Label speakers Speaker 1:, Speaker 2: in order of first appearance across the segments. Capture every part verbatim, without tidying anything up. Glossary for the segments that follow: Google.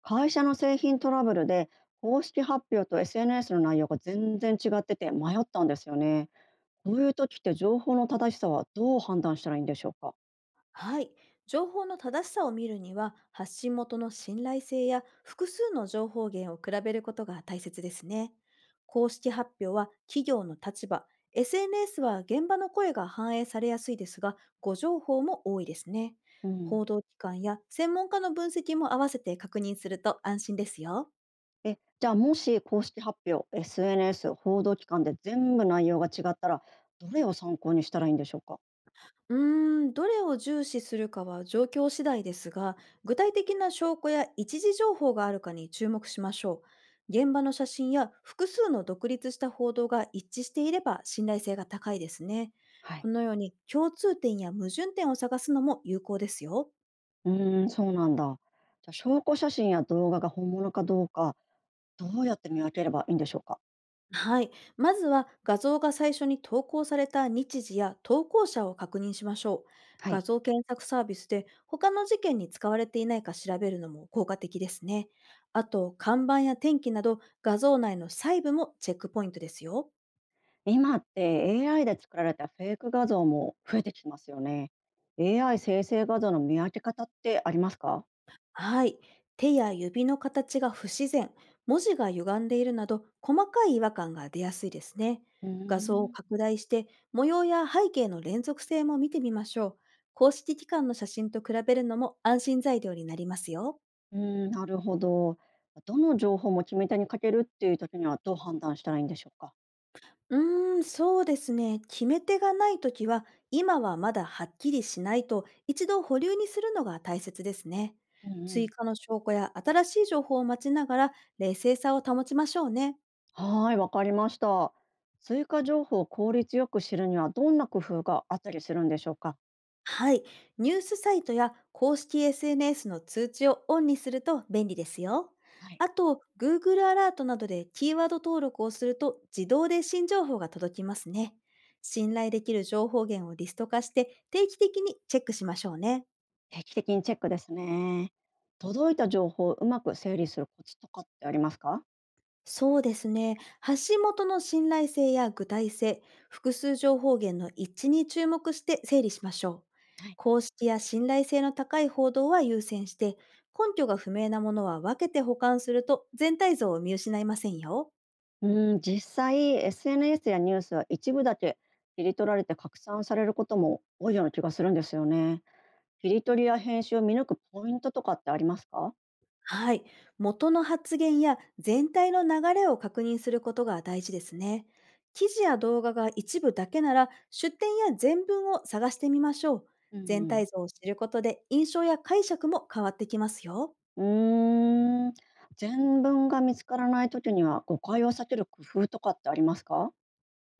Speaker 1: 会社の製品トラブルで公式発表と エスエヌエス の内容が全然違ってて迷ったんですよね。こういう時って情報の正しさはどう判断したらいいんでしょうか。
Speaker 2: はい。情報の正しさを見るには、発信元の信頼性や複数の情報源を比べることが大切ですね。公式発表は企業の立場、エスエヌエス は現場の声が反映されやすいですが、誤情報も多いですね。
Speaker 1: うん。
Speaker 2: 報道機関や専門家の分析も合わせて確認すると安心ですよ。
Speaker 1: えじゃあもし公式発表 エスエヌエス 報道機関で全部内容が違ったらどれを参考にしたらいいんでしょうか。
Speaker 2: うーん、どれを重視するかは状況次第ですが、具体的な証拠や一時情報があるかに注目しましょう。現場の写真や複数の独立した報道が一致していれば信頼性が高いですね。
Speaker 1: はい。
Speaker 2: このように共通点や矛盾点を探すのも有効ですよ。
Speaker 1: うーん、そうなんだ。じゃあ証拠写真や動画が本物かどうかどうやって見分ければいいんでしょうか。
Speaker 2: はい。まずは画像が最初に投稿された日時や投稿者を確認しましょう。
Speaker 1: は
Speaker 2: 画
Speaker 1: い。
Speaker 2: 像検索サービスで他の事件に使われていないか調べるのも効果的ですね。あと、看板や天気など画像内の細部もチェックポイントですよ。
Speaker 1: 今って エーアイ で作られたフェイク画像も増えてきてますよね。エーアイ 生成画像の見分け方ってありますか。
Speaker 2: はい。手や指の形が不自然、文字が歪んでいるなど、細かい違和感が出やすいですね。
Speaker 1: うー
Speaker 2: 画像を
Speaker 1: ん、
Speaker 2: 拡大して、模様や背景の連続性も見てみましょう。公式機関の写真と比べるのも安心材料になりますよ。
Speaker 1: うーん、なるほど。どの情報も決め手にかけるっていう時にはどう判断したらいいんでしょうか。
Speaker 2: うーん、そうですね。決め手がないときは、今はまだはっきりしないと、一度保留にするのが大切ですね。
Speaker 1: うんう
Speaker 2: 追
Speaker 1: ん。
Speaker 2: 加の証拠や新しい情報を待ちながら、冷静さを保ちましょうね。
Speaker 1: はーい、わかりました。追加情報を効率よく知るにはどんな工夫があったりするんでしょうか。
Speaker 2: はい。ニュースサイトや公式 エスエヌエス の通知をオンにすると便利ですよ。
Speaker 1: はい。
Speaker 2: あと、Google アラートなどでキーワード登録をすると自動で新情報が届きますね。信頼できる情報源をリスト化して定期的にチェックしましょうね。
Speaker 1: 定期的にチェックですね。届いた情報をうまく整理するコツとかってありますか。
Speaker 2: そうですね。発信元の信頼性や具体性、複数情報源の一致に注目して整理しましょう。
Speaker 1: はい。
Speaker 2: 公式や信頼性の高い報道は優先して、根拠が不明なものは分けて保管すると全体像を見失いませんよ。
Speaker 1: うん、実際 エスエヌエス やニュースは一部だけ切り取られて拡散されることも多いような気がするんですよね。切り取りや編集を見抜くポイントとかってありますか。
Speaker 2: はい。元の発言や全体の流れを確認することが大事ですね。記事や動画が一部だけなら、出典や全文を探してみましょう。
Speaker 1: うんう
Speaker 2: 全
Speaker 1: ん。
Speaker 2: 体像を知ることで印象や解釈も変わってきますよ。
Speaker 1: うーん。全文が見つからない時には誤解を避ける工夫とかってありますか。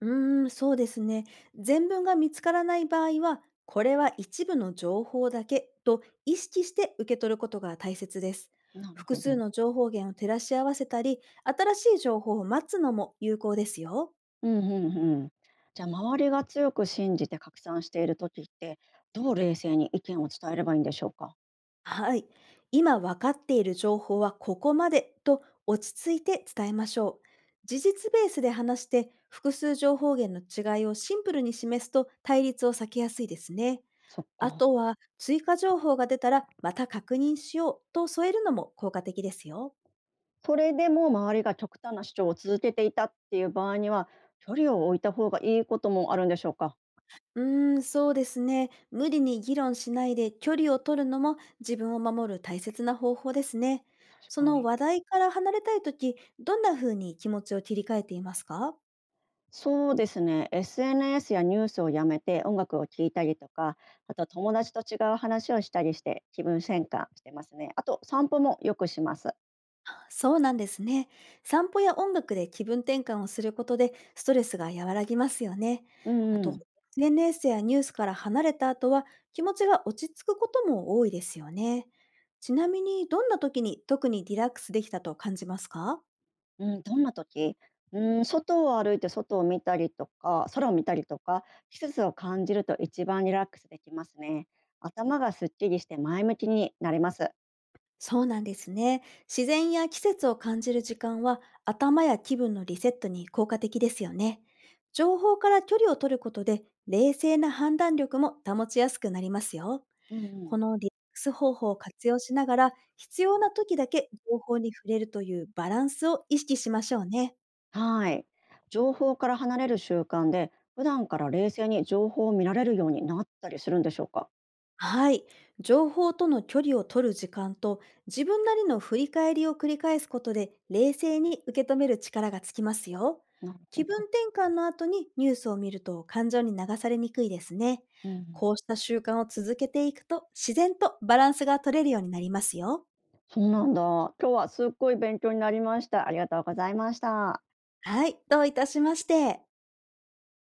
Speaker 2: うーん、そうですね。全文が見つからない場合は、これは一部の情報だけと意識して受け取ることが大切です。
Speaker 1: なる
Speaker 2: 複
Speaker 1: ほ
Speaker 2: 数
Speaker 1: ど。
Speaker 2: の情報源を照らし合わせたり、新しい情報を待つのも有効ですよ。
Speaker 1: うんうんうん。じゃあ周りが強く信じて拡散している時ってどう冷静に意見を伝えればいいんでしょうか。
Speaker 2: はい。今分かっている情報はここまでと落ち着いて伝えましょう。事実ベースで話して複数情報源の違いをシンプルに示すと対立を避けやすいですね。
Speaker 1: そっ
Speaker 2: あ
Speaker 1: か。
Speaker 2: とは追加情報が出たらまた確認しようと添えるのも効果的ですよ。
Speaker 1: それでも周りが極端な主張を続けていたっていう場合には、距離を置いた方がいいこともあるんでしょうか？
Speaker 2: うーん、そうですね。無理に議論しないで距離を取るのも自分を守る大切な方法ですね。
Speaker 1: 確
Speaker 2: そ
Speaker 1: か
Speaker 2: の
Speaker 1: に。
Speaker 2: 話題から離れたいとき、どんな風に気持ちを切り替えていますか？
Speaker 1: そうですね、エスエヌエス やニュースをやめて音楽を聴いたりとか、あと友達と違う話をしたりして気分転換してますね。あと散歩もよくします。
Speaker 2: そうなんですね。散歩や音楽で気分転換をすることでストレスが和らぎますよね。
Speaker 1: う
Speaker 2: あ
Speaker 1: んう
Speaker 2: と、
Speaker 1: ん。
Speaker 2: 年齢 s やニュースから離れた後は気持ちが落ち着くことも多いですよね。ちなみに、どんな時に特にリラックスできたと感じますか？
Speaker 1: うん、どんな時？うん、外を歩いて外を見たりとか、空を見たりとか、季節を感じると一番リラックスできますね。頭がすっきりして前向きになります。
Speaker 2: そうなんですね。自然や季節を感じる時間は頭や気分のリセットに効果的ですよね。情報から距離を取ることで冷静な判断力も保ちやすくなりますよ。
Speaker 1: うんう
Speaker 2: こ
Speaker 1: ん。
Speaker 2: のリラックス方法を活用しながら、必要な時だけ情報に触れるというバランスを意識しましょうね。
Speaker 1: はい。情報から離れる習慣で、普段から冷静に情報を見られるようになったりするんでしょうか。
Speaker 2: はい。情報との距離を取る時間と、自分なりの振り返りを繰り返すことで、冷静に受け止める力がつきますよ。
Speaker 1: なるほ
Speaker 2: 気
Speaker 1: ど。
Speaker 2: 分転換の後にニュースを見ると感情に流されにくいですね。
Speaker 1: うん。
Speaker 2: こうした習慣を続けていくと、自然とバランスが取れるようになりますよ。
Speaker 1: そうなんだ。今日はすっごい勉強になりました。ありがとうございました。
Speaker 2: はい。どういたしまして。